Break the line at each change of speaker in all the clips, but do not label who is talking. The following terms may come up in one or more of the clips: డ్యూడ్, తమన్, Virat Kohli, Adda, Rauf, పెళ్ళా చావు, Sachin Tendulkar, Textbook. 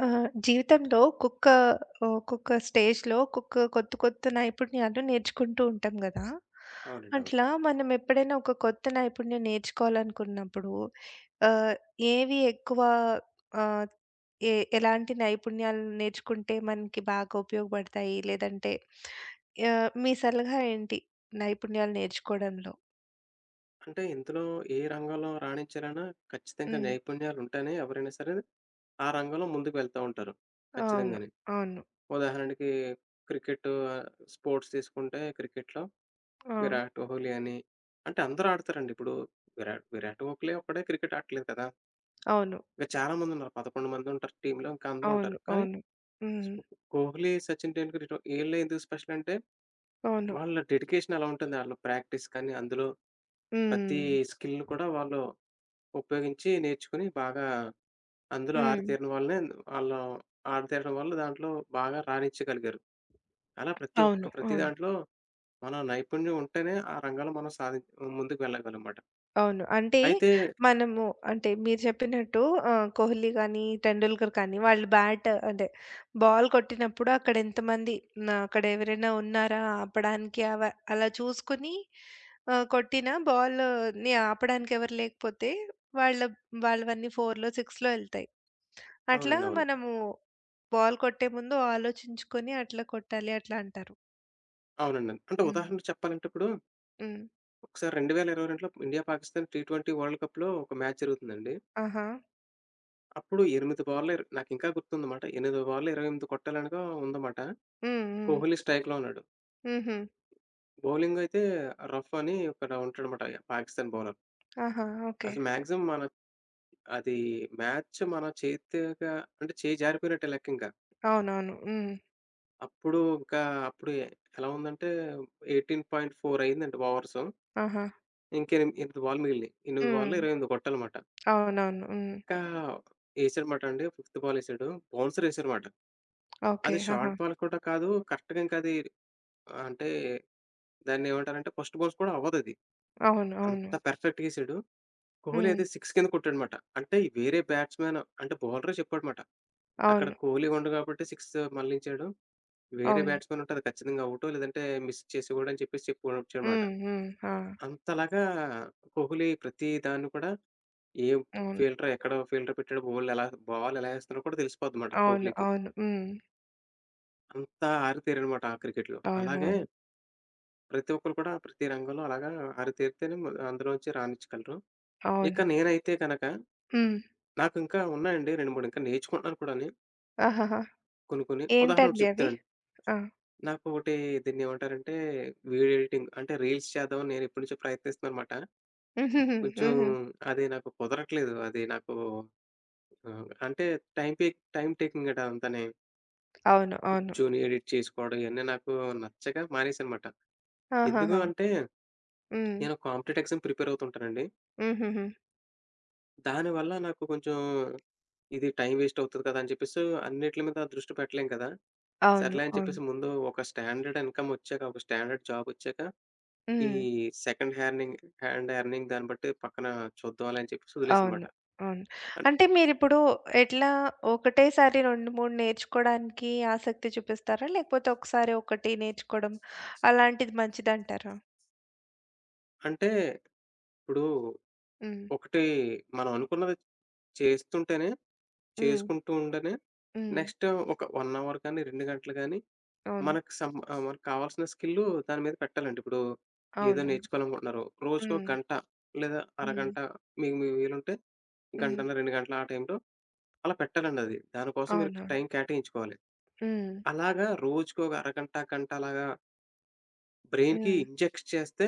ఆ! జీవితంలో ఒక్కొక్క ఒక్కొక్క స్టేజ్‌లో ఒక్కొక్క కొత్త కొత్త నైపుణ్యాలు నేర్చుకుంటూ ఉంటాం గదా!
అవునండి. అవును.
అట్లా మనం ఎప్పుడైనా ఒక కొత్త నైపుణ్యం నేర్చుకోవాలనుకున్నప్పుడు ఆహ్, ఏవి ఎక్కువ ఆహ్, ఎ ఎలాంటి నైపుణ్యాలు నేర్చుకుంటే మనకి బాగా ఉపయోగపడతాయి? లేదంటే మీ సలహా ఏంటి నైపుణ్యాలు నేర్చుకోవడంలో?
అంటే ఇందులో ఏ రంగంలో రాణించాలన్నా ఖచ్చితంగా
హ్మ్.
నైపుణ్యాలుంటేనే ఎవరైనా సరే ఆ రంగంలో ముందుకు వెళ్తా ఉంటారు.
అవును.
ఖచ్చితంగానే.
అవును.
ఉదాహరణకి క్రికెటు స్పోర్ట్స్ తీసుకుంటే క్రికెట్‌లో
ఆ!
విరాట్ కోహ్లీ అని అంటే అందరూ ఆడతారండి. ఇప్పుడు విరాట్ విరాట్ కోహ్లీ ఒక్కడే క్రికెట్ ఆడట్లేదు కదా!
అవును.
ఇంకా చాలా మందున్నారు. 11 మందుంటారు టీమ్‌లో. ఇంకా అందరూ ఉంటారు.
అవును.
కానీ
అవును. హ్మ్.
కోహ్లీ, సచిన్ టెండూల్కర్ ఇటు ఈళ్ళే ఎందుకు స్పెషల్ అంటే
అవును.
వాళ్ళ డెడికేషన్ అలా ఉంటుంది. ఆళ్ళ ప్రాక్టీస్ కానీ అందులో ప్రతి
హ్మ్.
స్కిల్‌ని కూడా వాళ్ళు ఉపయోగించి నేర్చుకొని బాగా అందులో
హ్మ్. హ్మ్.
ఆరితేరిన వాళ్ళనే ఆళ్ళ ఆరితేరడం వల్ల దాంట్లో బాగా రాణించగలిగారు. అలా ప్రతి ఒక్క
అవును.
ప్రతి
అవును.
దాంట్లో మన నైపుణ్యం ఉంటేనే ఆ రంగంలో మనం సాధి ముందుకు వెళ్ళగలమాట.
అవును.
అయితే
మనము అంటే మీరు చెప్పినట్టు కోహ్లీ గానీ, టెండూల్కర్ కానీ, వాళ్ళు బ్యాట్ అదే బాల్ కొట్టినప్పుడు అక్కడ ఎంతమంది నా అక్కడ ఎవరైనా ఉన్నారా ఆపడానికి అలా చూసుకొని కొట్టిన బాల్‌ని ఆపడానికి ఎవరు లేకపోతే వాళ్ళ వాళ్ళవన్నీ 4లో, 6లో ఎళ్తాయి. అట్లా
అవునండి. అవును.
మనము బాల్ కొట్టే ముందు ఆలోచించుకొని అట్లా కొట్టాలి అట్లా అంటారు.
అవునండి. అంటే
హ్మ్.
ఉదాహరణకు చెప్పాలంటే ఇప్పుడు
హ్మ్.
ఒకసారి 2022లో ఇండియా, పాకిస్తాన్ టీ20 వరల్డ్ కప్‌లో ఒక మ్యాచ్ జరుగుతుందండి.
ఆహా!
అప్పుడు 8 బాల్‌ల నాకింకా గుర్తుందమాట. 8 బాల్‌లో 28 కొట్టాలనగా ఉందమాట.
హ్మ్. హ్మ్.
కోహ్లీ స్ట్రైక్‌లో ఉన్నాడు.
హుహు.
బౌలింగ్ అయితే రఫ్ అని ఒకడు ఉంటాడనమాట, పాకిస్తాన్ బౌలర్.
ఆహా! ఓకే.
అసలు మాక్సిమం మన అది మ్యాచ్ మన చేతిగా అంటే చేయి జారిపోయినట్టే లెక్క ఇంకా.
అవునవును. హ్మ్.
అప్పుడు ఇంకా అప్పుడు ఎలా ఉందంటే 18.4 అయిందండి ఓవర్స్.
ఆహా!
8 బాల్లు మిగిలినాయి. 8
హ్మ్.
బాల్‌లో 28 కొట్టాలమాట.
అవునవును. హ్మ్.
ఇంకా ఏసాడమాట అండి. ఫిఫ్త్ బాల్ ఏసాడు. బౌన్సర్ ఏసాడమాట.
ఓకే.
అది
ఆహా!
షార్ట్ బాల్ కూడా కాదు. కరెక్ట్‌గా ఇంకా అది అంటే దాన్నేమంటారంటే ఫస్ట్ బౌన్స్ కూడా అవ్వదది.
అవును. అవును.
అంత పర్ఫెక్ట్‌గా ఏసాడు. కోహ్లీ
హ్మ్.
అయితే సిక్స్ కింద కొట్టాడమాట. అంటే ఈ వేరే బ్యాట్స్‌మెన్ అంటే బౌలరే చెప్పాడమాట. అక్కడ
అవును.
'కోహ్లీ' ఉండడు కాబట్టి 6 మళ్ళించాడు. వేరే
అవును.
బ్యాట్స్‌మెన్ ఉంటే అది ఖచ్చితంగా ఔటు. లేదంటే మిస్ చేసేవాడని చెప్పేసి చెప్పుకొనొచ్చాడమాట.
హ్మ్. హ్మ్. ఆ!
అంతలాగా 'కోహ్లీ' ప్రతి దాన్ని కూడా ఏ
అవును.
ఫీల్డర్ ఎక్కడ ఫీల్డర్ పెట్టాడు, బౌల్డ్ ఎలా బాల్ ఎలా ఏస్తున్నాడో కూడా తెలిసిపోద్దన్నమాట
అవును.
'కోహ్లీకి'.
అవును. హ్మ్.
అంత ఆరితేరాడనమాట ఆ క్రికెట్‌లో. అలాగే
అవునవును.
ప్రతి ఒక్కరు కూడా ప్రతి రంగంలో అలాగా ఆరితేరితేనే మ అందులోంచి రాణించగలరు.
అవును.
ఇక నేనైతే గనక
హ్మ్.
నాకింకా ఉన్నాయండి 2, 3 ఇంకా నేర్చుకుంటున్నాను కూడాని
ఆహాహా!
కొన్ని కొన్ని. ఉదాహరణ ఒకటి
ఏంటండి అవి?
చెప్తానండి.
ఆ!
నాకొకటి దీన్నేమంటారంటే, వీడియో ఎడిటింగ్ అంటే రీల్స్ చేద్దామని నేను ఎప్పటి నుంచో ప్రయత్నిస్తున్నాననమాట.
హుహుహు.
కొంచెం
హుహు.
అది నాకు కుదరట్లేదు. అది నాకు అంటే టైం టేక్ టైమ్ టేకింగ్ అట అంతాని.
అవును. అవును.
కూర్చొని ఎడిట్ చేసుకోవడం ఇయన్నీ నాకు నచ్చక మానేసానమాట. ఎందుకు
ఆహాహా!
అంటే
హ్మ్.
నేను కాంపిటేటివ్ ఎగ్జామ్‌కి ప్రిపేర్ అవుతుంటానండి.
హుహుహు.
దానివల్ల నాకు కొంచెం ఇది టైం వేస్ట్ అవుతది కదా! అని చెప్పేసి అన్నిట్లి మీద దృష్టి పెట్టలేం కదా!
అవును.
సర్లే అని
అవును.
చెప్పేసి ముందు ఒక స్టాండర్డ్ ఇన్‌కమ్ ఒచ్చాక, ఒక స్టాండర్డ్ జాబ్ ఒచ్చాక ఈ
హ్మ్.
సెకండ్ హ్యార్నింగ్ హ్యాండ్ ఎర్నింగ్ దాన్ని బట్టి పక్కన చూద్దాంలే అని చెప్పేసి వదిలేసానమాట.
అవును. అవును.
అన్
అంటే మీరిప్పుడు ఎట్లా ఒకటేసారి 2, 3 నేర్చుకోడానికి ఆసక్తి చూపిస్తారా? లేకపోతే ఒకసారి ఒకటి నేర్చుకోవడం అలాంటిది మంచిదంటారా?
అంటే ఇప్పుడు
హ్మ్.
ఒకటి మనం అనుకున్నది చేస్తుంటేనే,
హ్మ్.
చేసుకుంటూ ఉండనే
హ్మ్.
నెక్స్ట్ ఒక 1 అవర్ కానీ, 2 గంటలు గానీ
అవును.
మనకు మనకు కావాల్సిన స్కిల్లు దాని మీద పెట్టాలండి. ఇప్పుడు ఏదో
అవునవును.
నేర్చుకోవాలనుకుంటున్నారు. రోజుకో
హ్మ్.
గంట లేదా
హ్మ్.
అరగంట మీకు మీ వీలుంటే
హ్మ్.
గంటన్నర, 2 గంటలు ఆ టైంలో అలా పెట్టాలండి అది. దానికోసం మీరు
అవునవును.
టైం కేటాయించుకోవాలి.
హ్మ్.
అలాగా రోజుకో అరగంట, గంట అలాగా బ్రెయిన్‌కి
హ్మ్.
ఇంజెక్ట్ చేస్తే,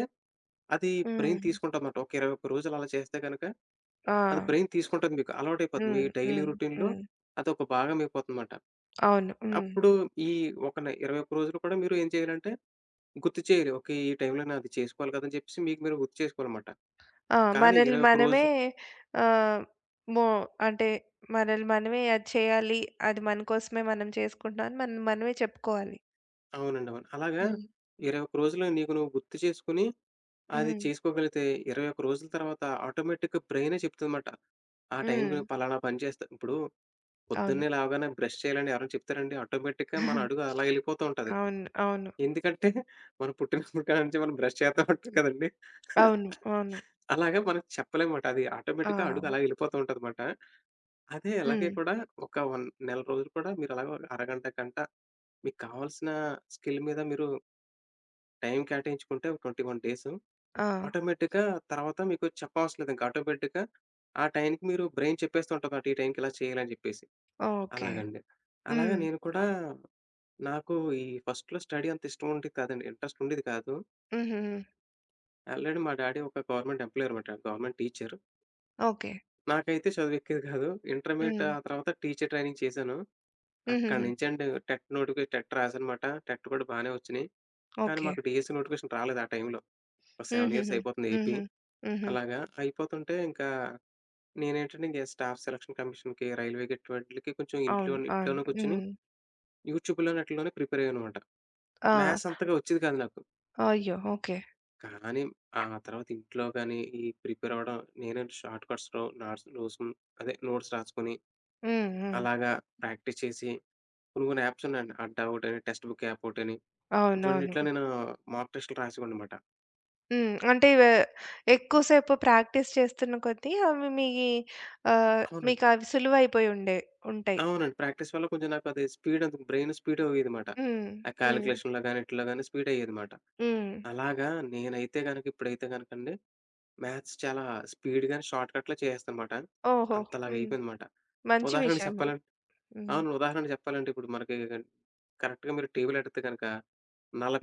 అది బ్రెయిన్
హ్మ్.
తీసుకుంటదన్నమాట. ఒక 21 రోజులు అలా చేస్తే గనక,
ఆ!
అది బ్రెయిన్ తీసుకుంటది మీకు. అలవాటైపోద్ది.
హ్మ్.
మీ డైలీ
హ్మ్.
రొటీన్‌లో
హ్మ్.
అదొక భాగం అయిపోతుందన్నమాట.
అవును. హ్మ్.
అప్పుడు ఈ ఒక 21 రోజులు కూడా మీరు ఏం చేయాలంటే, గుర్తు చేయాలి. ఓకే. ఈ టైంలో నాది చేసుకోవాలి కదా! అని చెప్పేసి మీకు మీరు గుర్తు చేసుకోవాలన్నమాట.
ఆ!
కానీ
మనల్ని
21
మనమే
రోజు
ఆహ్, మో అంటే మనల్ని మనమే అది చేయాలి. అది మన కోసమే మనం చేసుకుంటున్నాం అని మనం మనమే చెప్పుకోవాలి.
అవునండి. అవును. అలాగా
హ్మ్.
21 రోజులు నీకు నువ్వు గుర్తు చేసుకొని, అది
హ్మ్.
చేసుకోగలిగితే 21 రోజుల తర్వాత ఆటోమేటిక్‌గా బ్రెయినే చెప్తుందన్నమాట. ఆ టైంకి
హ్మ్.
నువ్వు పలానా పని చేస్తా. ఇప్పుడు
అవును.
పొద్దున్నే లేవగానే బ్రష్ చేయాలని ఎవరైనా చెప్తారండి? ఆటోమేటిక్‌గా మన అడుగు అలా ఎళ్ళిపోతూ ఉంటది.
అవును. అవును.
ఎందుకంటే మనం పుట్టినప్పటి కాడి నుంచి మనం బ్రష్ చేస్తా ఉంటాం కదండీ!
అవును. అవును.
అలాగా మనం చెప్పలేమాట. అది
ఆ!
ఆటోమేటిక్‌గా అడుగు అలా ఎళ్ళిపోతూ ఉంటదమాట. అదే అలాగే
హ్మ్.
కూడా ఒక 1 నెల రోజులు కూడా మీరు అలాగా అరగంట, గంట మీకు కావాల్సిన స్కిల్ మీద మీరు టైం కేటాయించుకుంటే ఒక 21 డేసు
ఆ!
ఆటోమేటిక్‌గా తర్వాత మీకు చెప్పవసరం లేదు. ఇంకా ఆటోమేటిక్‌గా ఆ టైంకి మీరు బ్రైన్ చెప్పేస్తూ ఉంటదమాట. ఈ టైంకి ఇలా చేయాలని జెప్పేసి.
ఓకే.
అలాగండి. అలాగా
హ్మ్.
నేను కూడా నాకు ఈ ఫస్ట్‌లో స్టడీ అంత ఇష్టం ఉండేది కాదండి. ఇంట్రెస్ట్ ఉండేది కాదు.
హుహుహు.
ఆల్రెడీ మా డ్యాడీ ఒక గవర్నమెంట్ ఎంప్లాయీ అనమాట. Government teacher.
ఓకే.
నాకైతే చదువు ఎక్కేది కాదు. ఇంటర్మీడియేట్
హ్మ్.
ఆ తర్వాత టీచర్ ట్రైనింగ్ చేశాను. అక్కడి
హుహుహు.
నుంచండి టెట్ రాశానమాట. టెట్ కూడా బానే వచ్చినాయి. కానీ
ఓకే.
మాకు డీఎస్సీ నోటిఫికేషన్ రాలేదు ఆ టైంలో. ఒక 7 ఇయర్స్
హుహుహు.
అయిపోతుంది ఏపీ.
హుహు. హుహు.
అలాగా అయిపోతుంటే ఇంకా నేనేంటంటే ఇంక స్టాఫ్ సెలక్షన్ కమిషన్‌కి, రైల్వేకి ఇటువంటిలకి కొంచెం
అవును. అవును.
ఇంట్లోనే కూర్చొని
హ్మ్.
యూట్యూబ్‌లోని ఆటిల్లోనే ప్రిపేర్ అయ్యాననమాట.
ఆ!
మ్యాథ్స్ అంతగా వచ్చేది కాదు నాకు.
అయ్యో! ఓకే.
కానీ ఆ తర్వాత ఇంట్లో గాని, ఈ ప్రిపేర్ అవ్వడం నేనే షార్ట్ కట్స్‌లో నాట్స్ నోట్సులు అదే నోట్స్ రాసుకొని,
హ్మ్. హ్మ్.
అలాగా ప్రాక్టీస్ చేసి కొన్ని కొన్ని యాప్స్ ఉన్నాయండి. అడ్డా ఒకటని, టెక్స్ట్ బుక్ యాప్ ఒకటని,
అవునవును.
ఇటువంటిట్లో నేను మాక్ టెస్ట్‌లు రాసేవాడినమాట.
హ్మ్. అంటే వే ఎక్కువ సేపు ప్రాక్టీస్ చేస్తున్న కొద్దీ అవి మీ
అవునండి.
మీకవి సులువైపోయుండే ఉంటాయి.
అవునండి. ప్రాక్టీస్ వల్ల కొంచెం నాకు అది స్పీడ్ అంత బ్రెయిన్ స్పీడ్ అయ్యేదిమాట.
హ్మ్.
ఆ
హ్మ్.
కాలిక్యులేషన్‌లో గాని, ఈటిల్లో గాని స్పీడ్ అయ్యేదిమాట.
హ్మ్.
అలాగా నేనైతే గనక ఇప్పుడైతే గనకండి మ్యాథ్స్ చాలా స్పీడ్‌గాని, షార్ట్ కట్‌లో చేసేస్తానమాట.
ఓహో!
అంతలాగా
హ్మ్.
అయిపోయిందమాట.
మంచి
ఉదాహరణకి
విషయము.
చెప్పాలంటే
హ్మ్.
అవును. ఉదాహరణకు చెప్పాలంటే ఇప్పుడు మనకి కరెక్ట్‌గా మీరు టేబుల్ అడిగితే గనక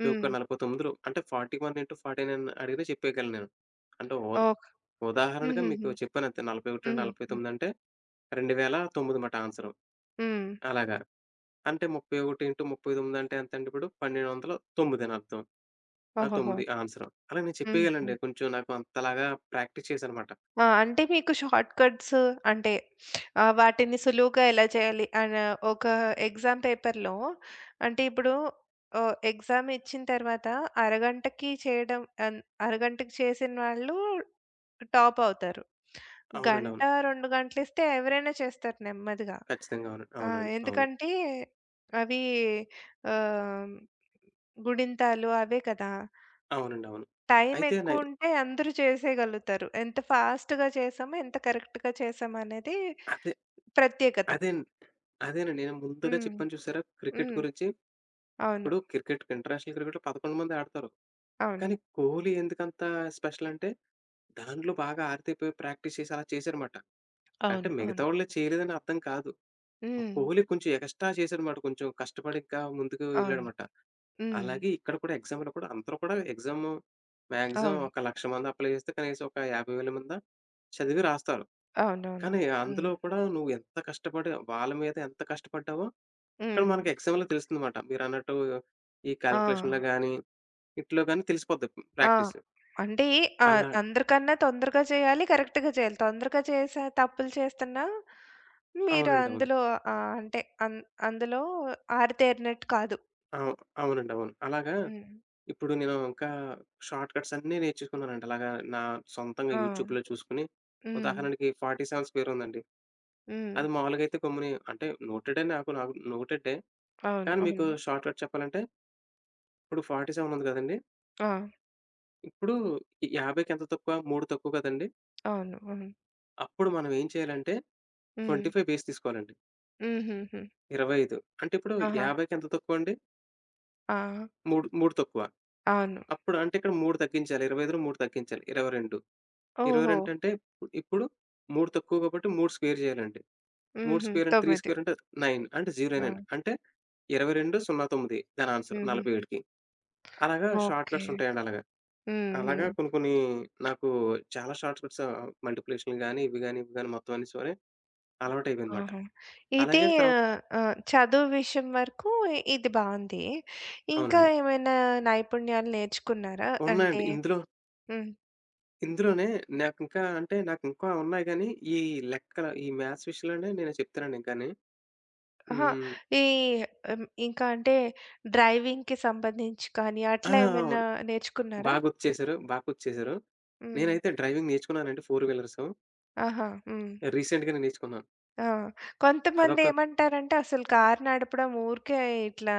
హ్మ్.
49లో అంటే 41 into 49 అడిగినా చెప్పేయగలను నేను. అంటే
ఓకే.
ఉదాహరణగా మీకు
హుహుహు.
చెప్పానంతే. 41 into
హుహు.
49 అంటే 2009 మాట ఆన్సరు.
హ్మ్.
అలాగా. అంటే 31 into 39 అంటే ఎంతండి ఇప్పుడు 1209 అని అర్థం. ఆ!
ఓహోహో!
9 ఆన్సరు. అలా నేను
హ్మ్.
చెప్పేయగలనండి. కొంచెం నాకు అంతలాగా ప్రాక్టీస్ చేశాననమాట.
ఆ! అంటే మీకు షార్ట్ కట్స్ అంటే వాటిని సులువుగా ఎలా చేయాలి ఒక ఎగ్జామ్ పేపర్‌లో, అంటే ఇప్పుడు ఎగ్జామ్ ఇచ్చిన తర్వాత అరగంటకి చేయడం అన్ అరగంటకి చేసిన వాళ్ళు టాప్ అవుతారు.
అవునండి.
గంట,
అవును.
2 గంటలిస్తే ఎవరైనా చేస్తారు నెమ్మదిగా.
ఖచ్చితంగా అవునండి.
ఆ!
అవునండి. అవును.
ఎందుకంటే అవి ఆహ్, గుణింతాలు అవే కదా!
అవునండి. అవును.
టైం
అయితే నే
ఎక్కువుంటే అందరూ చేసేయగలుగుతారు. ఎంత ఫాస్ట్‌గా చేసామో, ఎంత కరెక్ట్‌గా చేసామో అనేది
అదే.
ప్రత్యేకత.
అదేన్ అదేనండి. నేను ముందుగా
హ్మ్.
చెప్పాను చూసారా? క్రికెట్
హ్మ్.
గురించి.
అవును.
ఇప్పుడు క్రికెట్ ఇంటర్నేషనల్ క్రికెట్‌లో 11 మంది ఆడతారు.
అవును.
కానీ కోహ్లీ ఎందుకంత స్పెషల్ అంటే, దాంట్లో బాగా ఆరితేరిపోయి ప్రాక్టీస్ చేసి అలా చేశారమాట. అంటే
అవును.
మిగతా
అవును.
వాళ్ళు చేయలేదని అర్థం కాదు.
హ్మ్.
కోహ్లీ కొంచెం ఎక్స్‌ట్రా చేశాడన్నమాట. కొంచెం కష్టపడి ఇంకా ముందుకు
అవును.
వెళ్ళాడన్నమాట.
హ్మ్.
అలాగే ఇక్కడ కూడా ఎగ్జామ్‌లో కూడా అందరూ కూడా ఎగ్జామ్ మాక్సిమం
అవును.
ఒక 1,00,000 మంది అప్లై చేస్తే కనీసం ఒక 50,000 మందో చదివి రాస్తారు.
అవునవును.
కానీ అందులో
హ్మ్.
కూడా నువ్వు ఎంత కష్టపడి వాళ్ళ మీద ఎంత కష్టపడ్డావో ఇక్కడ
హ్మ్.
మనకి ఎక్స్ఎమ్‌లో తెలుస్తుందమాట. మీరన్నట్టు ఈ
ఆ!
కాలిక్యులేషన్‌లో గాని, ఈటిలో గాని తెలిసిపోద్ది
ఆ!
ప్రాక్టీస్.
అంటే
అలా
అందరికన్నా తొందరగా చేయాలి, కరెక్ట్‌గా చేయాలి. తొందరగా చేసే తప్పులు చేస్తున్నా మీరు
అవునండి. అవును.
అందులో ఆహ్, అంటే అన్ అందులో ఆరితేరినట్టు కాదు.
అవు అవునండి. అవును. అలాగా
హ్మ్.
ఇప్పుడు నేను ఇంకా షార్ట్ కట్స్ అన్నీ నేర్చుకున్నానండి. అలాగా నా సొంతంగా
ఆ!
యూట్యూబ్‌లో చూసుకొని,
హ్మ్.
ఉదాహరణకి 47 స్క్వేర్ ఉందండి.
హ్మ్.
అది మామూలుగా అయితే గమ్ముని అంటే నోటెడే నాకు నాకు నోటెడే.
అవును.
కానీ మీకు
అవును.
షార్ట్ కట్ చెప్పాలంటే, ఇప్పుడు 47 ఉంది గదండీ!
ఆ!
ఇప్పుడు 50కి ఎంత తక్కువ? 3 తక్కువ కదండీ!
అవును. అవును.
అప్పుడు మనం ఏం చేయాలంటే
హ్మ్.
25 బేస్ తీసుకోవాలండి.
హుహుహు.
25 అంటే ఇప్పుడు
ఆహా!
50కి ఎంత తక్కువండి?
ఆ!
3 తక్కువ.
అవును.
అప్పుడు అంటే ఇక్కడ 3 తగ్గించాలి. 25లో 3 తగ్గించాలి. 22.
ఓహో!
22 అంటే ఇప్పుడు 3 తక్కువ కాబట్టి 3 స్క్వేర్ చేయాలండి. 3
హుహు.
స్క్వేర్ అంటే 3
9.
స్క్వేర్ అంటే 9 అంటే 09
ఆ!
అంటే 22, 09 దాని ఆన్సర్
హుహు.
47కి. అలాగా షార్ట్
ఓకే.
కట్స్ ఉంటాయండి అలాగా.
హుహు.
అలాగా కొన్ని కొన్ని నాకు చాలా షార్ట్ కట్స్ మల్టిప్లికేషన్‌లు గాని, ఇవి గాని, ఇవి గాని మొత్తం అన్ని సరే అలవాటయిపోయిందన్నమాట.
ఆహా! ఇది
అలాగే తర్వాత
ఆహ్, ఆహ్, చదువు విషయం వరకు ఇది బావుంది. ఇంకా
అవునండి.
ఏమైనా నైపుణ్యాలు నేర్చుకున్నారా?
ఉన్నాయండి.
అంటే
ఇందులో
హ్మ్.
ఇందులోనే నాకింకా ఉన్నాయి గానీ, ఈ లెక్కల ఈ మ్యాథ్స్ విషయంలోనే నేను చెప్తానండి ఇంకాని.
అహా!
హ్మ్.
ఈ హ్మ్. ఇంకా అంటే డ్రైవింగ్‌కి సంబంధించి కానీ
ఆ!
అట్లా ఏమైనా
అవును.
నేర్చుకున్నారా?
బాగొచ్చేశారు.
హ్మ్.
నేనైతే డ్రైవింగ్ నేర్చుకున్నానండి ఫోర్ వీలర్స్.
ఆహా! హ్మ్.
రీసెంట్‌గానే నేర్చుకున్నాను.
ఆ!
అదొక
కొంతమందేమంటారంటే, అసలు కారు నడపడం ఊరికే ఇట్లా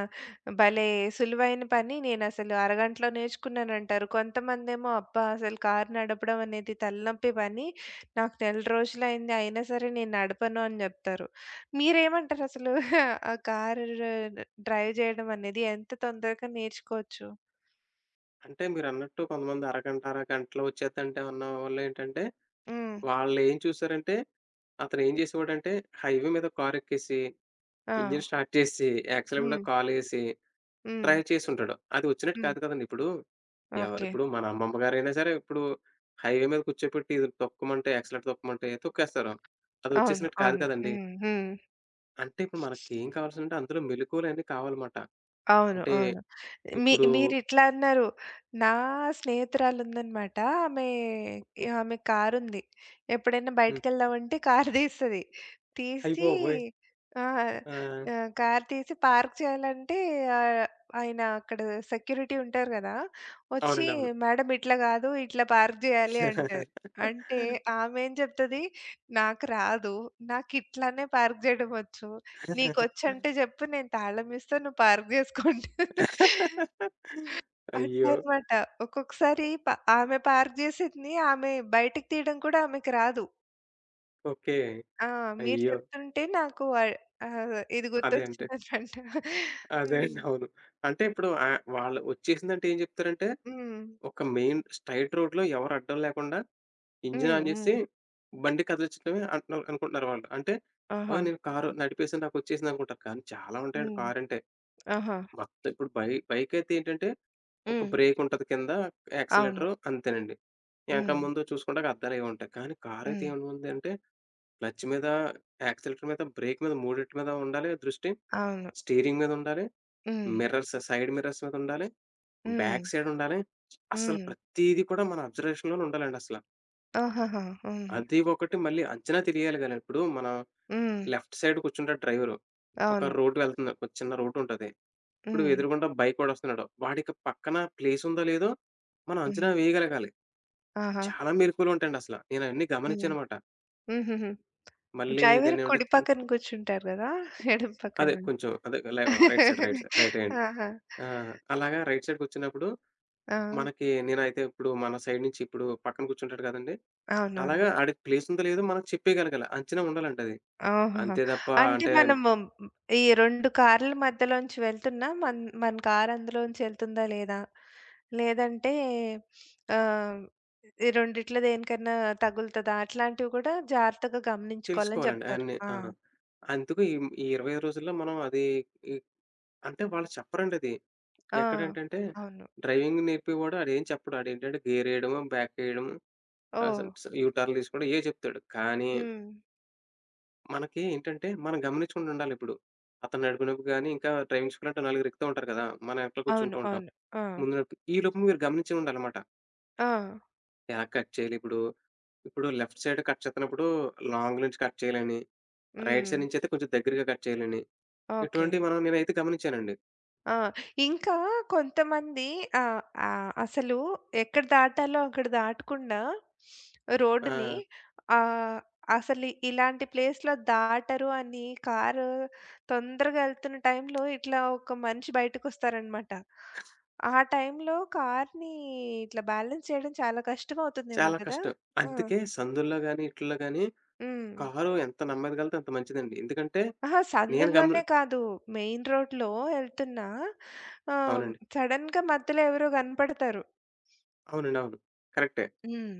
భలే సులువైన పని. నేనసలు అరగంటలో నేర్చుకున్నానంటారు. కొంతమందేమో, అబ్బా! అసలు కారు నడపడం అనేది తలనొప్పి పని. నాకు నెల రోజులయింది. అయినా సరే నేను నడపను అని జెప్తారు. మీరేమంటారసలు? ఆ కారు డ్రైవ్ జేయడం అనేది ఎంత తొందరగా నేర్చుకోవచ్చు?
అంటే మీరన్నట్టు కొంతమంది అరగంట, అరగంటలో వచ్చేద్దంటే ఉన్న వాళ్ళేంటంటే,
హ్మ్.
వాళ్ళేం చూసారంటే, అతనేం చేసేవాడంటే హైవే మీద కారెక్కేసి,
ఆ!
ఇంజిన్ స్టార్ట్ చేసి, యాక్సిలెంట్ మీద
హ్మ్.
కాలేసి
హ్మ్.
ట్రై చేసుంటాడు. అది వచ్చినట్టు
హ్మ్.
కాదు కదండీ! ఇప్పుడు. ఎవరు
ఓకే.
ఇప్పుడు మన అవును. అమ్మమ్మ గారైనా సరే ఇప్పుడు హైవే మీద కూర్చోపెట్టి ఇది తొక్కమంటే, యాక్సిలేటర్ తొక్కమంటే తొక్కేస్తారు. అది
అవును.
వచ్చేసినట్టు కాదు
అవును.
కదండీ!
హ్మ్. హ్మ్.
అంటే ఇప్పుడు మనకేం కావాల్సిందంటే అందులో మెళకువలన్నీ కావాలమాట.
అవును.
అంటే
అవును. మీ
ఇప్పుడు
మీరిట్లా అన్నారు. నా స్నేహితురాలుందనమాట. ఆమె
హ్మ్.
ఆమె కారుంది. ఎప్పుడైనా
హ్మ్.
బయటికెళ్దామంటే కారు తీస్తది.
అయ్య
తీసి
బాబోయ్!
ఆ!
ఆ!
కారు తీసి పార్క్ చేయాలంటే ఆహ్, ఆయన అక్కడ సెక్యూరిటీ ఉంటారు గదా! వచ్చి
అవునండి. అవును.
"మేడం ఇట్లా గాదు. ఇట్లా పార్క్ జేయాలి" అంటది. అంటే ఆమేం జెప్తది, "నాకు రాదు. నాకిట్లానే పార్క్ జేయడం వచ్చు." నీకొచ్చంటే జెప్పు, నేను తాళమిస్తా, నువ్వు పార్క్ జేసుకోండి.
అయ్యో!
అట్లనమాట. ఒక్కొక్కసారి ప ఆమె పార్క్ జేసేది ఆమె బయటికి తీయడం కూడా ఆమెకి రాదు.
ఓకే.
ఆ! మీరు
అయ్యో!
చెప్తుంటే నాకు ఆహ్, ఆహ్, ఇది
అదే అంటే.
గుర్తొచ్చిందనమాట.
అదే
హ్మ్.
అండి. అవును. అంటే ఇప్పుడు వాళ్ళు వచ్చేసిందంటే ఏం చెప్తారంటే
హ్మ్.
ఒక మెయిన్ స్ట్రెయిట్ రోడ్‌లో ఎవరు అడ్డం లేకుండా ఇంజిన్
హ్మ్.
ఆన్ జేసి
హ్మ్.
బండి కదిలిచ్చడమే అంటున్నారు అనుకుంటున్నారు వాళ్ళు. అంటే "ఆ!
ఆహా!
నేను కారు నడిపేసాను నాకొచ్చేసిందనుకుంటారు." కానీ చాలా ఉంటాయండి
హ్మ్.
కారంటే.
ఆహా!
మొత్తం ఇప్పుడు బైకయితే ఏంటంటే ఒక
హ్మ్.
బ్రేక్ ఉంటది కింద,
అవును.
యాక్సిలరేటర్ అంతేనండి. ఎనక
హ్మ్.
ముందు చూసుకుంటే అద్దాలయి ఉంటాయి. కానీ కారైతే
హ్మ్.
ఏముందంటే క్లచ్ మీద, యాక్సిలరేటర్ మీద, బ్రేక్ మీద మూడిటి మీద ఉండాలి దృష్టి.
అవును.
స్టీరింగ్ మీద ఉండాలి.
హ్మ్.
సైడ్ మిర్రర్స్ మీద ఉండాలి.
హ్మ్.
బ్యాక్ సైడ్ ఉండాలి. అసలు
హ్మ్.
ప్రతీది కూడా మన అబ్జర్వేషన్‌లోనే ఉండాలండసల.
ఆహాహా! హ్మ్.
అది ఒకటి మళ్ళీ అంచనా తెలియాలి గాని, ఇప్పుడు మన
హ్మ్.
లెఫ్ట్ సైడ్ కూర్చుంటాడు డ్రైవరు. ఒక
అవును.
రోడ్ వెళ్తుంది. ఒక చిన్న రోడ్డుంటది. ఇప్పుడు
హ్మ్.
ఎదురుగుండా బైకోడొస్తున్నాడు. వాడికి పక్కన ప్లేసుందో, లేదో మనం అంచనా
హ్మ్.
వేయగలగాలి.
ఆహా!
చాలా మెళకువలుంటాయండసల. నేనయన్నీ
హ్మ్.
గమనించానమాట.
హుహుహు.
మళ్ళీ
డ్రైవర్
దాన్నేమంటే
కుడి పక్కన కూర్చుంటారు గదా! ఎడమ
అదే
పక్కన.
కొంచెం అదే లే రైట్ సైడ్, రైట్ హ్యాండ్.
ఆహా!
ఆ! అలాగా రైట్ సైడ్ కూర్చున్నప్పుడు
ఆ!
మనకి నేనైతే ఇప్పుడు మన సైడ్ నుంచి ఇప్పుడు పక్కన కూర్చుంటాడు కదండీ!
అవునవును.
అలాగా ఆడికి ప్లేసుందో లేదో మనకు చెప్పేయగలగాల. అంచనా ఉండాలంటది.
ఆహాహా!
అంతే తప్ప
అంటే
అంటే
మనము ఈ 2 కార్ల మధ్యలోంచి వెళ్తున్నా మన కార్ అందులోంచి వెళ్తుందా లేదా? లేదంటే ఆహ్, ఈ రెండిట్లో దేనికన్నా తగులుతదా? అట్లాంటివి కూడా జాగ్రత్తగా గమనించుకోవాలని
తెలుసుకోవాలండి
చెప్తారు.
అయన్నీ.
ఆ!
ఆ! అందుకు ఈ ఈ 25 రోజుల్లో మనం అది ఈ అంటే వాళ్ళు చెప్పరండది.
ఆ!
ఎక్కడేంటంటే
అవును.
డ్రైవింగ్ నేర్పేవాడు ఆడేం చెప్పడు. ఆడేంటంటే గేరేయడము, బ్యాకేయడము,
ఓహ్!
అసలు యూ టర్న్‌లు తీసుకోవడం ఇయే చెప్తాడు. కానీ
హ్మ్.
మనకి ఏంటంటే మనం గమనించకుండా ఉండాలిప్పుడు. అతను నడిపినప్పుడు గాని, ఇంకా డ్రైవింగ్ స్కూల్ అంటే నలుగురు ఎక్కుతా ఉంటారు కదా! మనం వెనకాల
అవును.
కూర్చుంటూ ఉంటాం.
అవును. ఆ!
ముందు నడిపి ఈలోపు మీరు గమనించే ఉండాలమాట.
ఆ!
ఎలా కట్ చేయాలి? ఇప్పుడు, ఇప్పుడు లెఫ్ట్ సైడ్ కట్ చేత్తన్నప్పుడు లాంగ్ నుంచి కట్ చేయాలని, రైట్
హ్మ్.
సైడ్ నుంచయితే కొంచెం దగ్గరగా కట్ చేయాలని,
ఓకే.
ఇటువంటివి మనం నేనైతే గమనించానండి.
ఆ! ఇంకా కొంతమంది ఆహ్, ఆహ్, అసలు ఎక్కడ దాటాలో అక్కడ దాటకుండా
ఆ!
రోడ్డుని ఆహ్, అసలు ఇలాంటి ప్లేస్‌లో దాటరు అని కారు తొందరగా ఎళ్తున్న టైంలో ఇట్లా ఒక మనిషి బయటకొస్తారనమాట. ఆ టైంలో కార్‌ని ఇట్లా బ్యాలెన్స్ చేయడం చాలా కష్టమవుతుందేమో
చాలా
కదా!
కష్టం.
ఆ!
అందుకే సందుల్లో గాని, ఈటిల్లో గాని
హ్మ్.
కారు ఎంత నెమ్మదిగా ఎళ్తే అంత మంచిదండి. ఎందుకంటే
అహా!
నేను గమని
సందుల్లోనే కాదు, మెయిన్ రోడ్‌లో ఎళ్తున్నా ఆహ్,
అవునండి.
సడెన్‌గా మధ్యలో ఎవరో కనపడతారు.
అవునండి. అవును. కరెక్టే.
హ్మ్.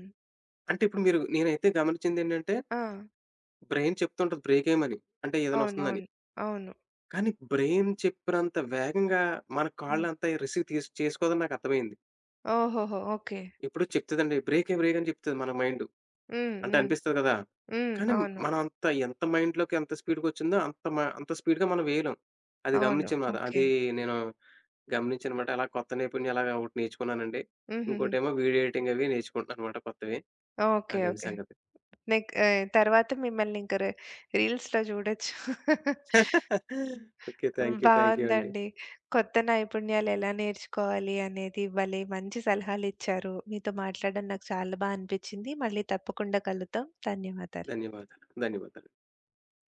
అంటే ఇప్పుడు మీరు నేనైతే గమనించిందేంటంటే
ఆ!
బ్రెయిన్ చెప్తుంటది బ్రేకేయమని. అంటే ఏదైనా వస్తుందని.
అవునవును. అవును.
కానీ బ్రెయిన్ చెప్పినంత వేగంగా మన
హ్మ్.
కాళ్ళంత రిసీవ్ తీస్ చేసుకోదని నాకర్థమైంది.
ఓహోహో! ఓకే.
ఎప్పుడో చెప్తదండి. బ్రేక్ అని చెప్తది మన మైండు.
హ్మ్.
అంటే
హ్మ్.
అనిపిస్తది కదా!
హ్మ్.
కానీ
అవును.
మనం అంత ఎంత మైండ్‌లోకి ఎంత స్పీడ్‌గొచ్చిందో అంత స్పీడ్‌గా మనం వేయలేం. అది
అవును.
గమనించాను మాట.
ఓకే.
నేను గమనించానమాట. అలా కొత్త నైపుణ్యం అలాగా ఒకటి నేర్చుకున్నానండి.
హుహుహు.
ఇంకోటేమో వీడియో ఎడిటింగ్ అవి నేర్చుకుంటున్నానమాట కొత్తవి.
ఓకే.
అదండి
ఓకే.
సంగతి.
తర్వాత మిమ్మల్ని ఇంక రీ రీల్స్‌లో చూడొచ్చు.
ఓకే.
హ్మ్.
Thank you. థాంక్ యూ అండి.
బావుందండి. కొత్త నైపుణ్యాలు ఎలా నేర్చుకోవాలి అనేది భలే మంచి సలహాలిచ్చారు. మీతో మాట్లాడడం నాకు చాలా అనిపిచ్చింది. మళ్ళీ తప్పకుండా కలుద్దాం. ధన్యవాదాలు.
ధన్యవాదాలు. ధన్యవాదాలు.